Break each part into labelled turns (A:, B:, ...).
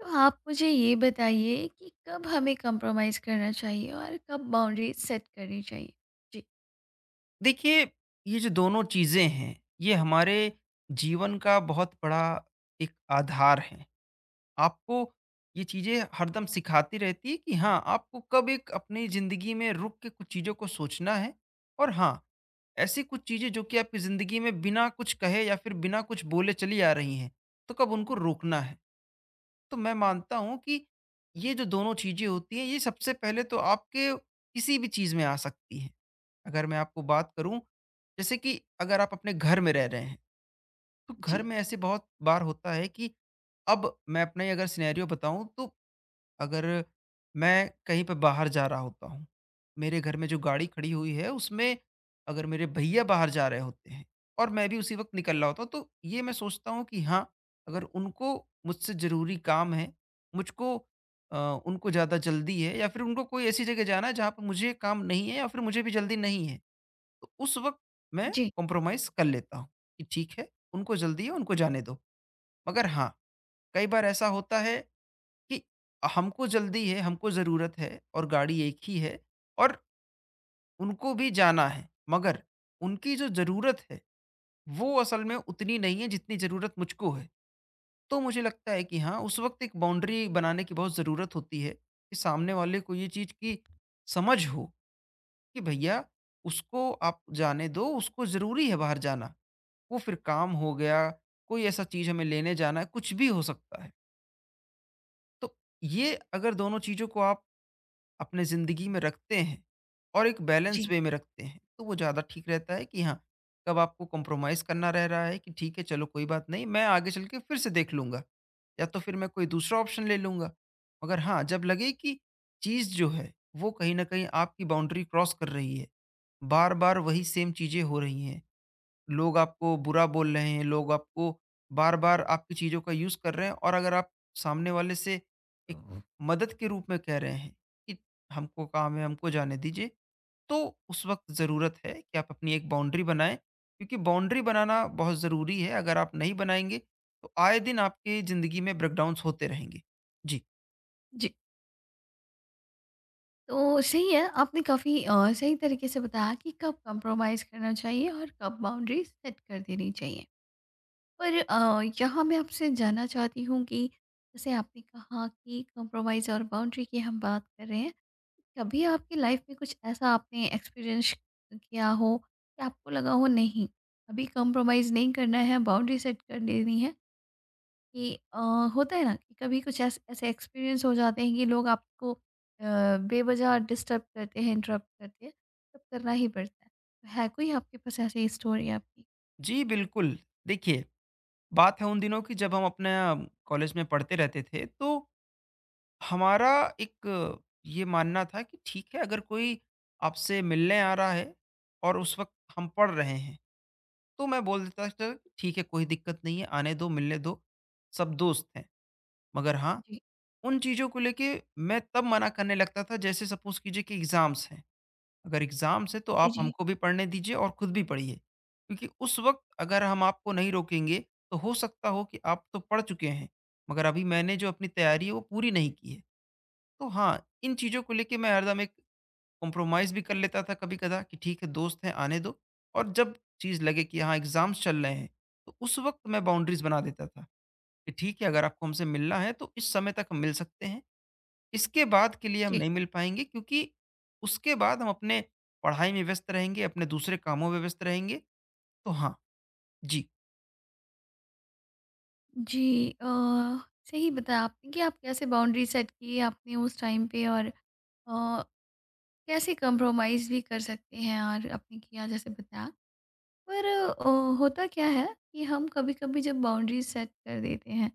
A: तो आप मुझे ये बताइए कि कब हमें कॉम्प्रोमाइज़ करना चाहिए और कब बाउंड्री सेट करनी चाहिए? जी।
B: देखिए, ये जो दोनों चीज़ें हैं, ये हमारे जीवन का बहुत बड़ा एक आधार है। आपको ये चीज़ें हरदम सिखाती रहती है कि हाँ, आपको कब एक अपनी ज़िंदगी में रुक के कुछ चीज़ों को सोचना है और हाँ, ऐसी कुछ चीज़ें जो कि आपकी ज़िंदगी में बिना कुछ कहे या फिर बिना कुछ बोले चली आ रही हैं, तो कब उनको रोकना है। तो मैं मानता हूँ कि ये जो दोनों चीज़ें होती हैं, ये सबसे पहले तो आपके किसी भी चीज़ में आ सकती हैं। अगर मैं आपको बात करूं, जैसे कि अगर आप अपने घर में रह रहे हैं, तो घर
A: जी।
B: में ऐसे बहुत बार होता है कि अब मैं अपना ही अगर सिनेरियो बताऊं, तो अगर मैं कहीं पर बाहर जा रहा होता हूं, मेरे घर में जो गाड़ी खड़ी हुई है उसमें, अगर मेरे भैया बाहर जा रहे होते हैं और मैं भी उसी वक्त निकल रहा होता हूँ, तो ये मैं सोचता हूँ कि हाँ, अगर उनको मुझसे ज़रूरी काम है, मुझको अ, उनको ज़्यादा जल्दी है या फिर उनको कोई ऐसी जगह जाना है जहाँ पर मुझे काम नहीं है या फिर मुझे भी जल्दी नहीं है, तो उस वक़्त मैं
A: जी।
B: कॉम्प्रोमाइज़ कर लेता हूँ कि ठीक है, उनको जल्दी है, उनको जाने दो। मगर हाँ, कई बार ऐसा होता है कि हमको जल्दी है, हमको ज़रूरत है और गाड़ी एक ही है और उनको भी जाना है। मगर उनकी जो ज़रूरत है, वो असल में उतनी नहीं है जितनी ज़रूरत मुझको है। तो मुझे लगता है कि हाँ, उस वक़्त एक बाउंड्री बनाने की बहुत ज़रूरत होती है कि सामने वाले को ये चीज़ की समझ हो कि भैया उसको आप जाने दो, उसको ज़रूरी है बाहर जाना। वो फिर काम हो गया, कोई ऐसा चीज़ हमें लेने जाना है, कुछ भी हो सकता है। तो ये अगर दोनों चीज़ों को आप अपने ज़िंदगी में रखते हैं और एक बैलेंस
A: जी।
B: वे में रखते हैं, तो वो ज़्यादा ठीक रहता है कि हाँ, कब आपको कॉम्प्रोमाइज़ करना रह रहा है कि ठीक है, चलो कोई बात नहीं, मैं आगे चल के फिर से देख लूँगा या तो फिर मैं कोई दूसरा ऑप्शन ले लूँगा। मगर हाँ, जब लगे कि चीज़ जो है, वो कहीं न कहीं आपकी बाउंड्री क्रॉस कर रही है, बार-बार वही सेम चीज़ें हो रही हैं। लोग आपको बुरा बोल रहे हैं, लोग आपको बार-बार आपकी चीज़ों का यूज़ कर रहे हैं और अगर आप सामने वाले से एक मदद के रूप में कह रहे हैं कि हमको काम है, हमको जाने दीजिए, तो उस वक़्त ज़रूरत है कि आप अपनी एक बाउंड्री बनाएँ, क्योंकि बाउंड्री बनाना बहुत ज़रूरी है। अगर आप नहीं बनाएँगे, तो आए दिन आपकी ज़िंदगी में ब्रेकडाउन्स होते रहेंगे। जी।
A: जी। तो सही है, आपने काफ़ी सही तरीके से बताया कि कब कॉम्प्रोमाइज़ करना चाहिए और कब बाउंड्री सेट कर देनी चाहिए। पर यहाँ मैं आपसे जानना चाहती हूँ कि जैसे आपने कहा कि कॉम्प्रोमाइज़ और बाउंड्री की हम बात कर रहे हैं। कभी आपकी लाइफ में कुछ ऐसा आपने एक्सपीरियंस किया हो कि आपको लगा हो नहीं, अभी कॉम्प्रोमाइज़ नहीं करना है, बाउंड्री सेट कर देनी है कि होता है ना कि कभी कुछ ऐसे ऐसे एक्सपीरियंस हो जाते हैं कि लोग आपको बेवज़ह डिस्टर्ब करते हैं, इंटरप्ट करते हैं, तब करना ही पड़ता है। तो है कोई आपके पास ऐसी स्टोरी आपकी?
B: जी, बिल्कुल। देखिए, बात है उन दिनों की जब हम अपने कॉलेज में पढ़ते रहते थे, तो हमारा एक ये मानना था कि ठीक है, अगर कोई आपसे मिलने आ रहा है और उस वक्त हम पढ़ रहे हैं, तो मैं बोल देता था कि ठीक है, कोई दिक्कत नहीं है, आने दो, मिलने दो, सब दोस्त हैं। मगर हाँ,
A: जी।
B: उन चीज़ों को लेके मैं तब मना करने लगता था। जैसे सपोज कीजिए कि एग्ज़ाम्स हैं, अगर एग्ज़ाम्स हैं तो
A: जी,
B: आप
A: जी।
B: हमको भी पढ़ने दीजिए और खुद भी पढ़िए, क्योंकि उस वक्त अगर हम आपको नहीं रोकेंगे, तो हो सकता हो कि आप तो पढ़ चुके हैं, मगर अभी मैंने जो अपनी तैयारी है वो पूरी नहीं की है। तो हाँ, इन चीज़ों को लेके मैं हरदम एक कॉम्प्रोमाइज़ भी कर लेता था कभी-कदा, कि ठीक है दोस्त हैं, आने दो। और जब चीज़ लगे कि हाँ, एग्ज़ाम्स चल रहे हैं, तो उस वक़्त मैं बाउंड्रीज़ बना देता था कि ठीक है, अगर आपको हमसे मिलना है तो इस समय तक हम मिल सकते हैं, इसके बाद के लिए हम
A: जी।
B: नहीं मिल पाएँगे, क्योंकि उसके बाद हम अपने पढ़ाई में व्यस्त रहेंगे, अपने दूसरे कामों में व्यस्त रहेंगे। तो हाँ, जी।
A: जी सही बताया आपने कि आप कैसे बाउंड्री सेट की आपने उस टाइम पे और अ, कैसे कंप्रोमाइज़ भी कर सकते हैं और आपने किया जैसे बताया। पर होता क्या है कि हम कभी-कभी जब बाउंड्री सेट कर देते हैं,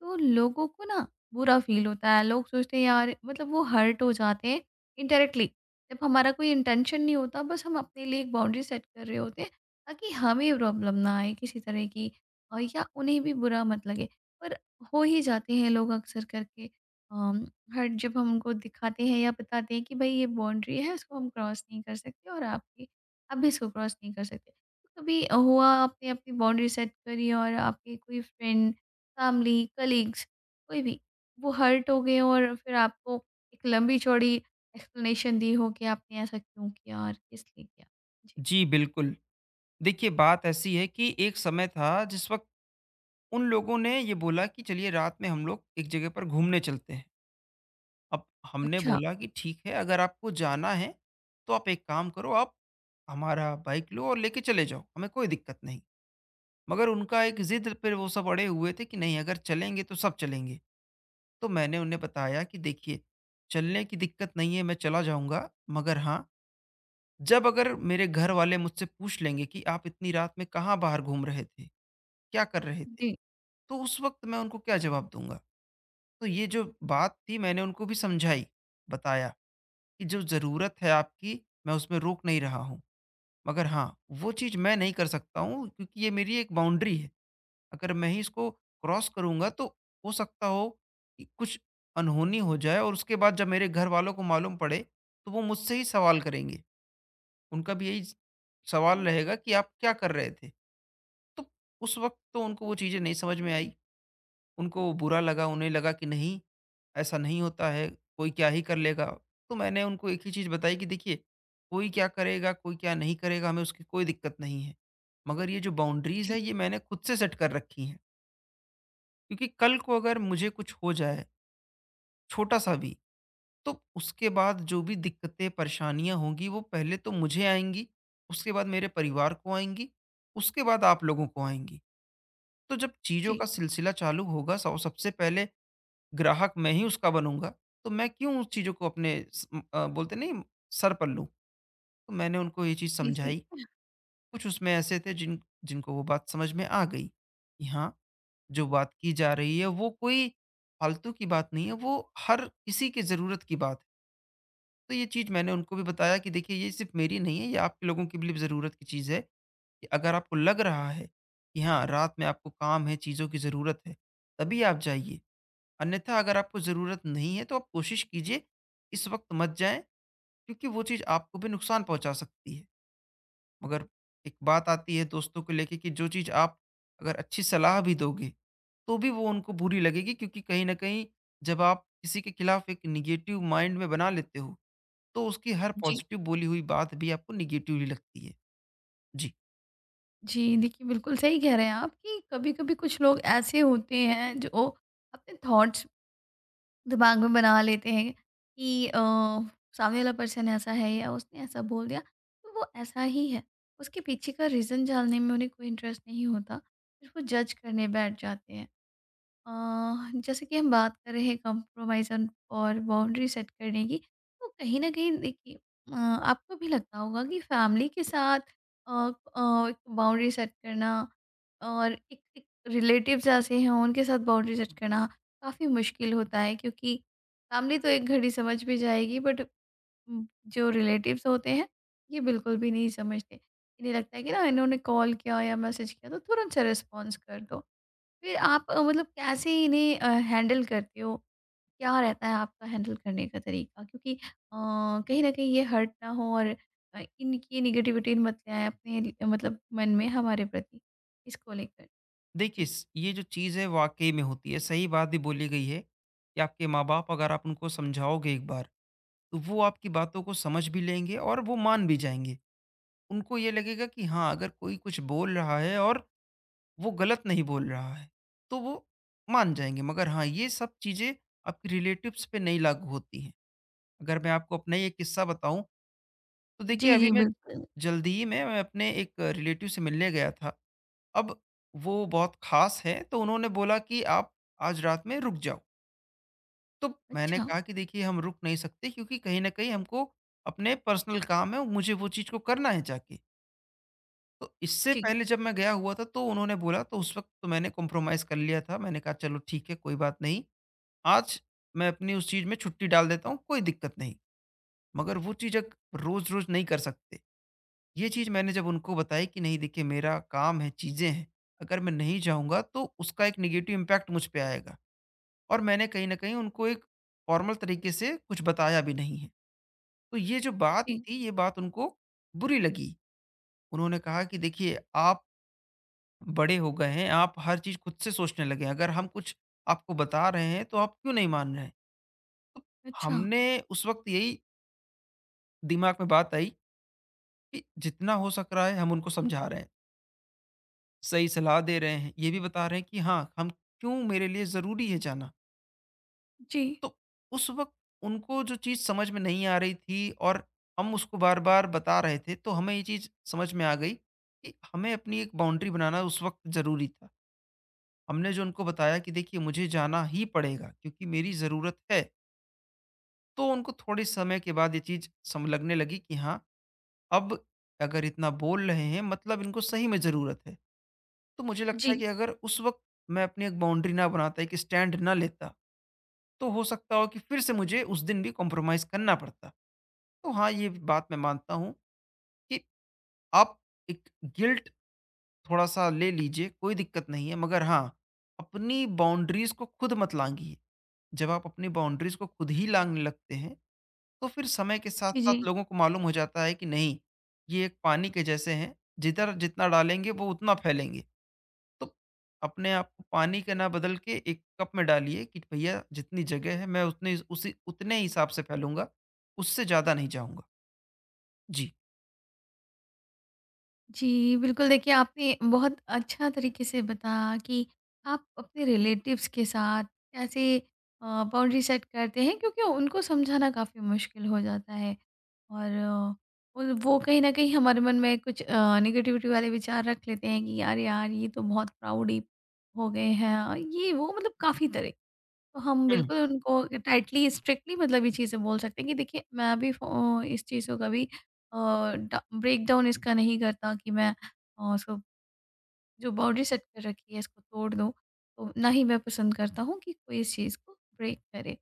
A: तो लोगों को ना बुरा फ़ील होता है। लोग सोचते हैं यार मतलब वो हर्ट हो जाते हैं इनडायरेक्टली। जब हमारा कोई इंटेंशन नहीं होता, बस हम अपने लिए एक बाउंड्री सेट कर रहे होते हैं ताकि हमें प्रॉब्लम ना आए किसी तरह की और या उन्हें भी बुरा मत लगे। पर हो ही जाते हैं लोग अक्सर करके अम, हर्ट। जब हम उनको दिखाते हैं या बताते हैं कि भई ये बाउंड्री है, इसको हम क्रॉस नहीं कर सकते और आपकी आप भी इसको क्रॉस नहीं कर सकते। कभी हुआ आपने अपनी बाउंड्री सेट करी और आपके कोई फ्रेंड, फैमिली, कलीग्स, कोई भी वो हर्ट हो गए और फिर आपको एक लंबी चौड़ी एक्सप्लेनेशन दी हो कि आपने ऐसा क्यों किया और किस लिए किया? जी।
B: जी, बिल्कुल। देखिए, बात ऐसी है कि एक समय था जिस वक़्त उन लोगों ने ये बोला कि चलिए रात में हम लोग एक जगह पर घूमने चलते हैं। अब हमने
A: अच्छा।
B: बोला कि ठीक है, अगर आपको जाना है तो आप एक काम करो, आप हमारा बाइक लो और लेके चले जाओ, हमें कोई दिक्कत नहीं। मगर उनका एक जिद पे वो सब अड़े हुए थे कि नहीं, अगर चलेंगे तो सब चलेंगे। तो मैंने उन्हें बताया कि देखिए, चलने की दिक्कत नहीं है, मैं चला जाऊंगा। मगर हाँ, जब अगर मेरे घर वाले मुझसे पूछ लेंगे कि आप इतनी रात में कहाँ बाहर घूम रहे थे, क्या कर रहे थे,
A: जी।
B: तो उस वक्त मैं उनको क्या जवाब दूंगा? तो ये जो बात थी, मैंने उनको भी समझाई, बताया कि जो ज़रूरत है आपकी, मैं उसमें रोक नहीं रहा हूँ। मगर हाँ, वो चीज़ मैं नहीं कर सकता हूँ क्योंकि ये मेरी एक बाउंड्री है। अगर मैं ही इसको क्रॉस करूँगा, तो हो सकता हो कि कुछ अनहोनी हो जाए और उसके बाद जब मेरे घर वालों को मालूम पड़े, तो वो मुझसे ही सवाल करेंगे। उनका भी यही स सवाल रहेगा कि आप क्या कर रहे थे? तो उस वक़्त तो उनको वो चीज़ें नहीं समझ में आई। उनको बुरा लगा, उन्हें लगा कि नहीं, ऐसा नहीं होता है, कोई क्या ही कर लेगा। तो मैंने उनको एक ही चीज़ बताई कि देखिए, कोई क्या करेगा, कोई क्या नहीं करेगा, हमें उसकी कोई दिक्कत नहीं है। मगर ये जो बाउंड्रीज़ है,
A: जी।
B: ये मैंने खुद से सेट कर रखी हैं, क्योंकि कल को अगर मुझे कुछ हो जाए, छोटा-सा भी, तो उसके बाद जो भी दिक्कतें, परेशानियाँ होंगी, वो पहले तो मुझे आएँगी, उसके बाद मेरे परिवार को आएँगी, उसके बाद आप लोगों को आएँगी। तो जब चीज़ों
A: जी।
B: का सिलसिला चालू होगा, सौ सबसे पहले ग्राहक मैं ही उसका बनूँगा, तो मैं क्यों उस चीज़ों को अपने बोलते नहीं, सर पर लूँ? तो मैंने उनको ये चीज़
A: जी। जी।
B: समझाई। कुछ उसमें ऐसे थे जिनको वो बात समझ में आ गई कि हाँ, जो बात की जा रही है वो कोई फालतू की बात नहीं है, वो हर किसी की ज़रूरत की बात है। तो ये चीज़ मैंने उनको भी बताया कि देखिए, ये सिर्फ़ मेरी नहीं है, ये आप लोगों की भी ज़रूरत की चीज़ है, कि अगर आपको लग रहा है कि हाँ, रात में आपको काम है, चीज़ों की ज़रूरत है, तभी आप जाइए। अन्यथा अगर आपको ज़रूरत नहीं है तो आप कोशिश कीजिए, इस वक्त मत जाएँ, क्योंकि वो चीज़ आपको भी नुकसान पहुँचा सकती है। मगर एक बात आती है दोस्तों को लेके कि जो चीज़ आप अगर अच्छी सलाह भी दोगे, तो भी वो उनको बुरी लगेगी, क्योंकि कहीं न कहीं जब आप किसी के खिलाफ एक नेगेटिव माइंड में बना लेते हो, तो उसकी हर
A: जी।
B: पॉज़िटिव बोली हुई बात भी आपको नेगेटिवली लगती है। जी।
A: जी। देखिए बिल्कुल सही कह रहे हैं आप कि कभी कभी कुछ लोग ऐसे होते हैं जो अपने थॉट्स दिमाग में बना लेते हैं कि सामने वाला पर्सन ऐसा है या उसने ऐसा बोल दिया तो वो ऐसा ही है। उसके पीछे का रीज़न जानने में उन्हें कोई इंटरेस्ट नहीं होता। सिर्फ़ वो जज करने बैठ जाते हैं। जैसे कि हम बात कर रहे हैं कंप्रोमाइज़ और बाउंड्री सेट करने की, तो कहीं न कहीं देखिए आपको भी लगता होगा कि फैमिली के साथ एक बाउंड्री सेट करना और एक एक रिलेटिव्स ऐसे हैं, उनके साथ बाउंड्री सेट करना काफ़ी मुश्किल होता है क्योंकि फैमिली तो एक घड़ी समझ भी जाएगी, बट जो रिलेटिव्स होते हैं, ये बिल्कुल भी नहीं समझते। इन्हें लगता है कि ना इन्होंने कॉल किया या मैसेज किया तो तुरंत से रिस्पॉन्स कर दो। फिर आप मतलब कैसे इन्हें हैंडल करते हो? क्या रहता है आपका हैंडल करने का तरीका? क्योंकि कहीं न कहीं ये हर्ट ना हो और इनकी नेगेटिविटी मत ले आएँ अपने ल मतलब मन में हमारे प्रति, इसको लेकर।
B: देखिए,
A: जी।
B: स ये जो चीज़ है वाक़ई में होती है। सही बात भी बोली गई है कि आपके माँ-बाप, अगर आप उनको समझाओगे एक बार, तो वो आपकी बातों को समझ भी लेंगे और वो मान भी जाएँगे। उनको ये लगेगा कि हाँ, अगर कोई कुछ बोल रहा है और वो गलत नहीं बोल रहा है, तो वो मान जाएँगे। मगर हाँ, ये सब चीज़ें आपके रिलेटिव्स पे नहीं लागू होती हैं। अगर मैं आपको अपना ही एक किस्सा बताऊँ, तो देखिए,
A: जी, जी,
B: अभी मैं
A: बिल्कुल।
B: जल्दी ही में मैं अपने एक रिलेटिव से मिलने गया था। अब वो बहुत ख़ास हैं, तो उन्होंने बोला कि आप आज रात में रुक जाओ। तो मैंने
A: अच्छा।
B: कहा कि देखिए, हम रुक नहीं सकते क्योंकि कहीं न कहीं हमको अपने पर्सनल काम है, मुझे वो चीज़ को करना है जाके। तो इससे
A: जी,
B: पहले जब मैं गया हुआ था तो उन्होंने बोला, तो उस वक़्त तो मैंने कॉम्प्रोमाइज़ कर लिया था। मैंने कहा चलो ठीक है, कोई बात नहीं। आज मैं अपनी उस चीज़ में छुट्टी डाल देता हूँ, कोई दिक्कत नहीं। मगर वो चीज़ अग रोज़-रोज़ नहीं कर सकते। ये चीज़ मैंने जब उनको बताई कि नहीं देखिए, मेरा काम है, चीज़ें हैं। अगर मैं नहीं जाऊँगा तो उसका एक नेगेटिव इम्पैक्ट मुझ पे आएगा। और मैंने कहीं न कहीं उनको एक फॉर्मल तरीके से कुछ बताया भी नहीं है। तो ये जो बात
A: जी।
B: थी, ये बात उनको बुरी लगी। उन्होंने कहा कि देखिए, आप बड़े हो गए हैं, आप हर चीज़ खुद से सोचने लगे हैं, अगर हम कुछ आपको बता रहे हैं, तो आप क्यों नहीं मान रहे हैं? तो
A: अच्छा।
B: हमने उस वक़्त यही दिमाग में बात आई कि जितना हो सक रहा है हम उनको समझा रहे हैं, सही सलाह दे रहे हैं, ये भी बता रहे हैं कि हाँ, हम क्यों मेरे लिए ज़रूरी है जाना।
A: जी।
B: तो उस वक़्त उनको जो चीज़ समझ में नहीं आ रही थी और हम उसको बार-बार बता रहे थे, तो हमें ये चीज़ समझ में आ गई कि हमें अपनी एक बाउंड्री बनाना उस वक़्त ज़रूरी था। हमने जो उनको बताया कि देखिए, मुझे जाना ही पड़ेगा क्योंकि मेरी ज़रूरत है, तो उनको थोड़े समय के बाद ये चीज़ सम लगने लगी कि हाँ, अब अगर इतना बोल रहे हैं मतलब इनको सही में ज़रूरत है। तो मुझे लगता है
A: जी।
B: कि अगर उस वक़्त मैं अपनी एक बाउंड्री ना बनाता, एक स्टैंड ना लेता, तो हो सकता हो कि फिर से मुझे उस दिन भी कॉम्प्रोमाइज़ करना पड़ता। तो हाँ, ये बात मैं मानता हूँ कि आप एक गिल्ट थोड़ा-सा ले लीजिए, कोई दिक्कत नहीं है। मगर हाँ, अपनी बाउंड्रीज़ को खुद मत लाँघिए। जब आप अपनी बाउंड्रीज़ को खुद ही लाँघने लगते हैं, तो फिर समय के
A: जी,
B: साथ-साथ
A: जी।
B: लोगों को मालूम हो जाता है कि नहीं, ये एक पानी के जैसे हैं, जिधर जितना डालेंगे वो उतना फैलेंगे। तो अपने आप को पानी का ना बदल के एक कप में डालिए कि भैया, जितनी जगह है मैं उतनी उसी उतने हिसाब से फैलूँगा, उससे ज़्यादा नहीं जाऊँगा। जी।
A: जी, बिल्कुल, देखिए आपने बहुत अच्छा तरीके से बताया कि आप अपने रिलेटिव्स के साथ कैसे बाउंड्री सेट करते हैं क्योंकि उनको समझाना काफ़ी मुश्किल हो जाता है। और उल वो कहीं न कहीं हमारे मन में कुछ नेगेटिविटी वाले विचार रख लेते हैं कि यार यार ये तो बहुत प्राउड ही हो गए हैं, ये वो मतलब काफ़ी तरह। तो हम
B: हुँ।
A: बिल्कुल उनको टाइटली स्ट्रिक्टली मतलब ये चीज़ें बोल सकते हैं कि देखिए मैं भी फ़ो इस चीज़ों का भी अ, ब्रेक डाउन इसका नहीं करता कि मैं उसको जो बाउंड्री सेट कर रखी है इसको तोड़ दूँ। तो ना ही मैं पसंद करता हूँ कि कोई इस चीज़ को ब्रेक करे।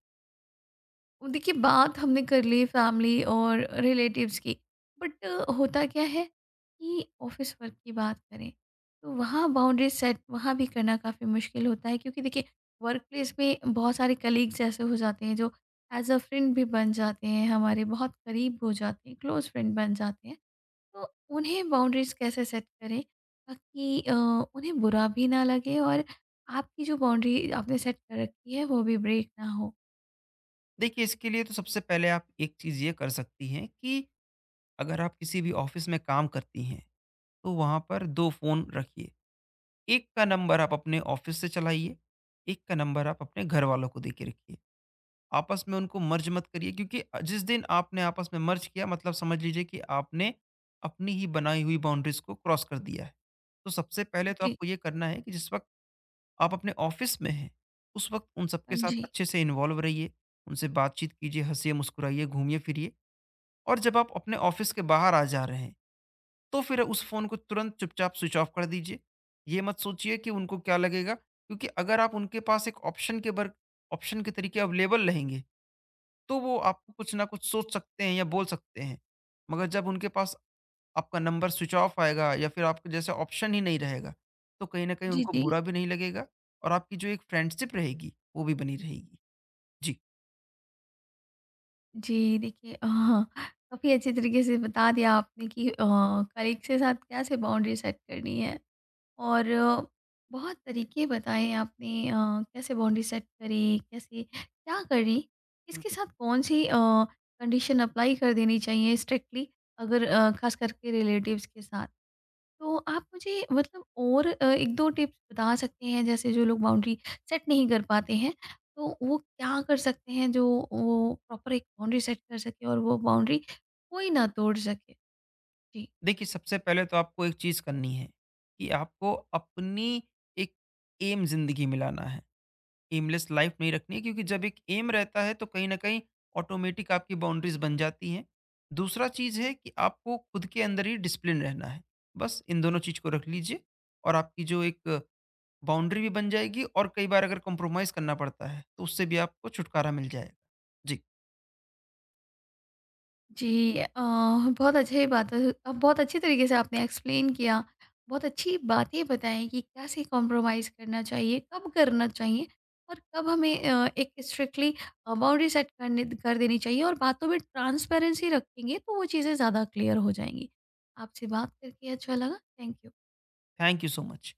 A: देखिए, बात हमने कर ली फैमिली और रिलेटिव्स की, बट होता क्या है कि ऑफिस वर्क की बात करें तो वहाँ बाउंड्री सेट, वहाँ भी करना काफ़ी मुश्किल होता है क्योंकि देखिए वर्क प्लेस में बहुत सारे कलीग्स ऐसे हो जाते हैं जो एज अ फ्रेंड भी बन जाते हैं, हमारे बहुत करीब हो जाते हैं, क्लोज फ्रेंड बन जाते हैं। तो उन्हें बाउंड्रीज कैसे सेट करें ताकि उन्हें बुरा भी ना लगे और आपकी जो बाउंड्री आपने सेट कर रखी है वो भी ब्रेक ना हो?
B: देखिए, इसके लिए तो सबसे पहले आप एक चीज़ ये कर सकती हैं कि अगर आप किसी भी ऑफिस में काम करती हैं, तो वहाँ पर 2 फ़ोन रखिए। एक का नंबर आप अपने ऑफिस से चलाइए, एक का नंबर आप अपने घरवालों को देके रखिए। आपस में उनको मर्ज मत करिए, क्योंकि जिस दिन आपने आपस में मर्ज किया, मतलब समझ लीजिए कि आपने अपनी ही बनाई हुई बाउंड्रीज़ को क्रॉस कर दिया है। तो सबसे पहले तो
A: जी।
B: आपको ये करना है कि जिस वक़्त आप अपने ऑफिस में हैं, उस वक़्त उन
A: हाँ
B: सबके साथ
A: जी।
B: अच्छे से इन्वॉल्व रहिए, उनसे बातचीत कीजिए, हँसिए-मुस्कुराइए, घूमिए-फिरिए, और जब आप अपने ऑफिस के बाहर आ जा रहे हैं, तो फिर उस फ़ोन को तुरंत चुपचाप स्विच ऑफ कर दीजिए। ये मत सोचिए कि उनको क्या लगेगा, क्योंकि अगर आप उनके पास एक ऑप्शन के तरीके अवेलेबल रहेंगे, तो वो आपको कुछ ना कुछ सोच सकते हैं या बोल सकते हैं। मगर जब उनके पास आपका नंबर स्विच ऑफ आएगा या फिर आपके जैसे ऑप्शन ही नहीं रहेगा, तो कहीं न कहीं
A: जी,
B: उनको
A: जी।
B: बुरा भी नहीं लगेगा और आपकी जो एक फ्रेंडशिप रहेगी, वो भी बनी रहेगी। जी।
A: जी, देखिए हाँ, काफ़ी अच्छे तरीके से बता दिया आपने कि कलीग के साथ कैसे बाउंड्री सेट करनी है और बहुत तरीके बताए आपने कैसे बाउंड्री सेट करी, कैसे क्या करी, किसके साथ कौन-सी कंडीशन अप्लाई कर देनी चाहिए स्ट्रिक्टली, अगर ख़ास करके रिलेटिव्स के साथ। तो आप मुझे मतलब और 1-2 टिप्स बता सकते हैं जैसे जो लोग बाउंड्री सेट नहीं कर पाते हैं, तो वो क्या कर सकते हैं जो वो प्रॉपर एक बाउंड्री सेट कर सके और वो बाउंड्री कोई ना तोड़ सके? जी।
B: देखिए, सबसे पहले तो आपको एक चीज़ करनी है कि आपको अपनी एक एम ज़िंदगी में लाना है। एमलेस लाइफ़ नहीं रखनी है, क्योंकि जब एक एम रहता है तो कहीं न कहीं ऑटोमैटिक आपकी बाउंड्रीज़ बन जाती हैं। दूसरा चीज़ है कि आपको खुद के अंदर ही डिसिप्लिन रहना है। बस इन दोनों चीज़ को रख लीजिए और आपकी जो एक बाउंड्री भी बन जाएगी और कई बार अगर कॉम्प्रोमाइज़ करना पड़ता है, तो उससे भी आपको छुटकारा मिल जाएगा। जी,
A: जी बहुत अच्छी बात है। बहुत अच्छी तरीके से आपने एक्सप्लेन किया। बहुत अच्छी बातें बताई कि कैसे कॉम्प्रोमाइज़ करना चाहिए, कब करना चाहिए और कब हमें एक स्ट्रिक्टली बाउंड्री सेट करने कर देनी चाहिए और बातों में ट्रांसपेरेंसी रखेंगे तो वो चीज़ें ज़्यादा क्लियर हो जाएँगी। आपसे बात करके अच्छा लगा। Thank you.
B: Thank you so much.